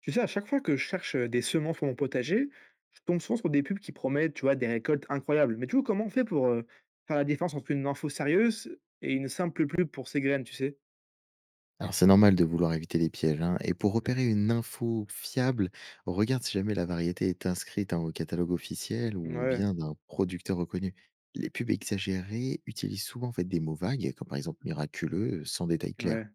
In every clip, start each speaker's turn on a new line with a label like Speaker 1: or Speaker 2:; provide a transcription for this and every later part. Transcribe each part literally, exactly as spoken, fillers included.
Speaker 1: Tu sais, à chaque fois que je cherche euh, des semences pour mon potager, je tombe souvent sur des pubs qui promettent, tu vois, des récoltes incroyables. Mais tu vois, comment on fait pour euh, faire la différence entre une info sérieuse et une simple pub pour ces graines, tu sais?
Speaker 2: Alors c'est normal de vouloir éviter les pièges, hein, et pour repérer une info fiable, regarde si jamais la variété est inscrite hein, au catalogue officiel ou
Speaker 1: Ouais,
Speaker 2: vient d'un producteur reconnu. Les pubs exagérées utilisent souvent en fait, des mots vagues, comme par exemple miraculeux, euh, sans détail clair.
Speaker 1: ouais.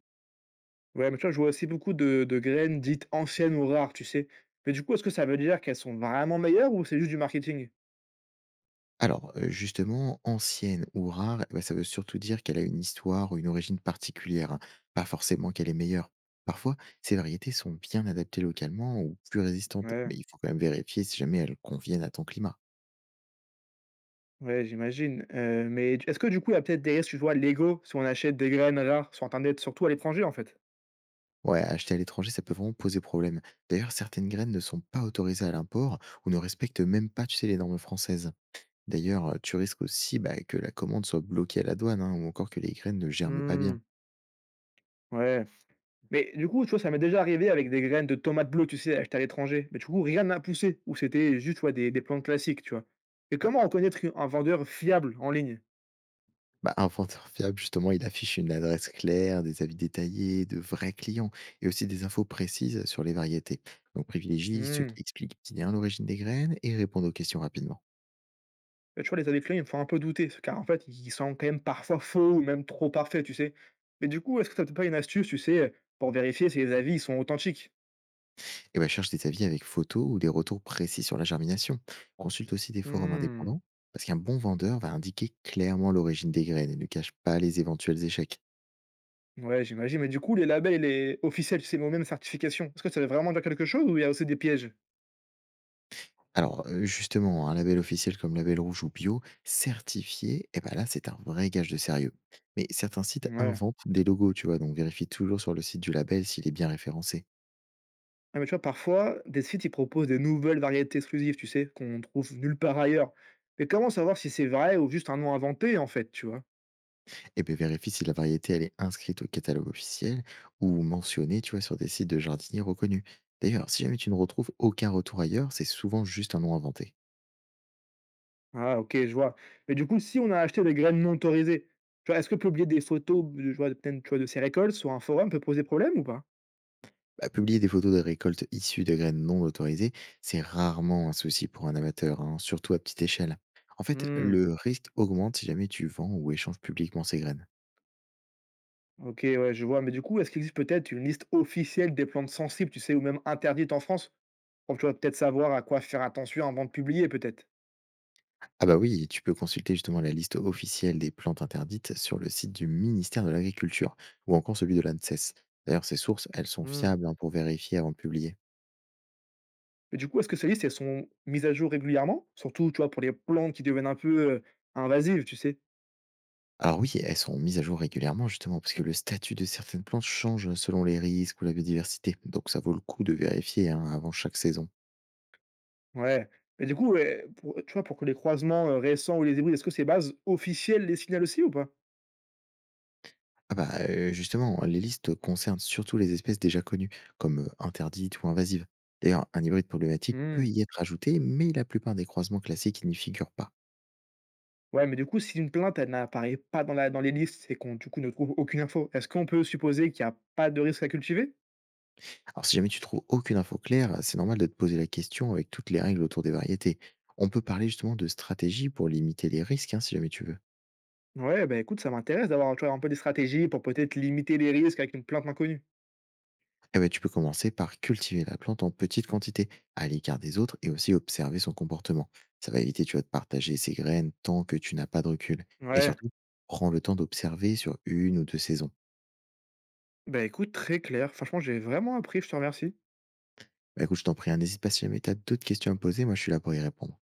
Speaker 1: Ouais, mais tu vois, je vois aussi beaucoup de, de graines dites anciennes ou rares, tu sais. Mais du coup, est-ce que ça veut dire qu'elles sont vraiment meilleures ou c'est juste du marketing?
Speaker 2: Alors euh, justement, ancienne ou rare, eh ben, ça veut surtout dire qu'elle a une histoire ou une origine particulière, hein, pas forcément qu'elle est meilleure. Parfois, ces variétés sont bien adaptées localement ou plus résistantes,
Speaker 1: Ouais,
Speaker 2: mais il faut quand même vérifier si jamais elles conviennent à ton climat.
Speaker 1: ouais, j'imagine. Euh, mais est-ce que du coup, il y a peut-être des risques, tu vois, légaux si on achète des graines rares sur Internet, surtout à l'étranger, en fait?
Speaker 2: Ouais, acheter à l'étranger, ça peut vraiment poser problème. D'ailleurs, certaines graines ne sont pas autorisées à l'import ou ne respectent même pas, tu sais, les normes françaises. D'ailleurs, euh, tu risques aussi bah, que la commande soit bloquée à la douane hein, ou encore que les graines ne germent pas bien.
Speaker 1: Hmm, ouais. Mais du coup, tu vois, ça m'est déjà arrivé avec des graines de tomates bleues, tu sais, achetées à l'étranger. Mais du coup, rien n'a poussé, ou c'était juste, tu vois, des, des plantes classiques, tu vois. Et comment reconnaître un vendeur fiable en ligne?
Speaker 2: Bah, un vendeur fiable, justement, il affiche une adresse claire, des avis détaillés, de vrais clients et aussi des infos précises sur les variétés. Donc, privilégie ceux
Speaker 1: Hmm.
Speaker 2: qui expliquent bien l'origine des graines et répondent aux questions rapidement.
Speaker 1: Et tu vois, les avis clients, ils me font un peu douter, parce- car en fait, ils sont quand même parfois faux ou même trop parfaits, tu sais. Mais du coup, est-ce que t'as peut-être pas une astuce, tu sais, pour vérifier si les avis ils sont authentiques?
Speaker 2: Et ben, cherche des avis avec photos ou des retours précis sur la germination. Ok. Consulte aussi des forums
Speaker 1: Hmm.
Speaker 2: indépendants, parce qu'un bon vendeur va indiquer clairement l'origine des graines et ne cache pas les éventuels échecs.
Speaker 1: Ouais, j'imagine. Mais du coup, les labels, les officiels, tu sais, mais aux mêmes certifications, est-ce que ça veut vraiment dire quelque chose ou il y a aussi des pièges?
Speaker 2: Alors, euh, justement, un label officiel comme Label Rouge ou Bio, certifié, et ben là, c'est un vrai gage de sérieux. Mais certains sites
Speaker 1: Ouais.
Speaker 2: inventent des logos, tu vois, donc vérifie toujours sur le site du label s'il est bien référencé.
Speaker 1: Ah mais tu vois, parfois, des sites, ils proposent des nouvelles variétés exclusives, tu sais, qu'on trouve nulle part ailleurs. Mais comment savoir si c'est vrai ou juste un nom inventé, en fait, tu vois?
Speaker 2: Et bien vérifie si la variété, elle est inscrite au catalogue officiel ou mentionnée, tu vois, sur des sites de jardiniers reconnus. D'ailleurs, si jamais tu ne retrouves aucun retour ailleurs, c'est souvent juste un nom inventé.
Speaker 1: Ah, ok, je vois. Mais du coup, si on a acheté des graines non autorisées, tu vois, est-ce que publier des photos, de- je vois, peut-être, tu vois, de ces récoltes sur un forum peut poser problème ou pas?
Speaker 2: Bah, publier des photos de récoltes issues de graines non autorisées, c'est rarement un souci pour un amateur, hein, surtout à petite échelle. En fait,
Speaker 1: Hmm,
Speaker 2: le risque augmente si jamais tu vends ou échanges publiquement ces graines.
Speaker 1: ok, ouais, je vois. Mais du coup, est-ce qu'il existe peut-être une liste officielle des plantes sensibles, tu sais, ou même interdites en France, pour, tu vois, peut-être savoir à quoi faire attention avant de publier, peut-être?
Speaker 2: Ah bah oui, tu peux consulter justement la liste officielle des plantes interdites sur le site du ministère de l'Agriculture ou encore celui de l'A N S E S. D'ailleurs, ces sources, elles sont fiables hein, pour vérifier avant de publier.
Speaker 1: Mais du coup, est-ce que ces listes, elles sont mises à jour régulièrement? Surtout, tu vois, pour les plantes qui deviennent un peu, heu, invasives, tu sais?
Speaker 2: Alors oui, elles sont mises à jour régulièrement justement parce que le statut de certaines plantes change selon les risques ou la biodiversité. Donc ça vaut le coup de vérifier hein, avant chaque saison.
Speaker 1: Ouais. Mais du coup, ouais, pour, tu vois, pour que les croisements, heu, récents ou les hybrides, est-ce que ces bases officielles les signalent aussi ou pas?
Speaker 2: Ah bah euh, justement, les listes concernent surtout les espèces déjà connues, comme euh, interdites ou invasives. D'ailleurs, un hybride problématique peut
Speaker 1: Mmh.
Speaker 2: y être ajouté, mais la plupart des croisements classiques n'y figurent pas.
Speaker 1: Ouais, mais du coup, si une plainte, elle n'apparaît pas dans la dans les listes et qu'on, du coup, ne trouve aucune info, est-ce qu'on peut supposer qu'il y a pas de risque à cultiver?
Speaker 2: Alors, si jamais tu trouves aucune info claire, c'est normal de te poser la question avec toutes les règles autour des variétés. On peut parler justement de stratégie pour limiter les risques, hein, si jamais tu veux.
Speaker 1: Ouais, bah, écoute, ça m'intéresse d'avoir, tu vois, un peu des stratégies pour peut-être limiter les risques avec une plante inconnue.
Speaker 2: Eh ben, tu peux commencer par cultiver la plante en petite quantité, à l'écart des autres, et aussi observer son comportement. Ça va éviter, tu vas de partager ses graines tant que tu n'as pas de recul. Et
Speaker 1: Ouais.
Speaker 2: surtout, prends le temps d'observer sur une ou deux saisons.
Speaker 1: Bah, écoute, très clair. Franchement, j'ai vraiment appris, je te remercie.
Speaker 2: Bah, écoute, je t'en prie, hein, n'hésite pas si jamais tu as d'autres questions à me poser, moi je suis là pour y répondre.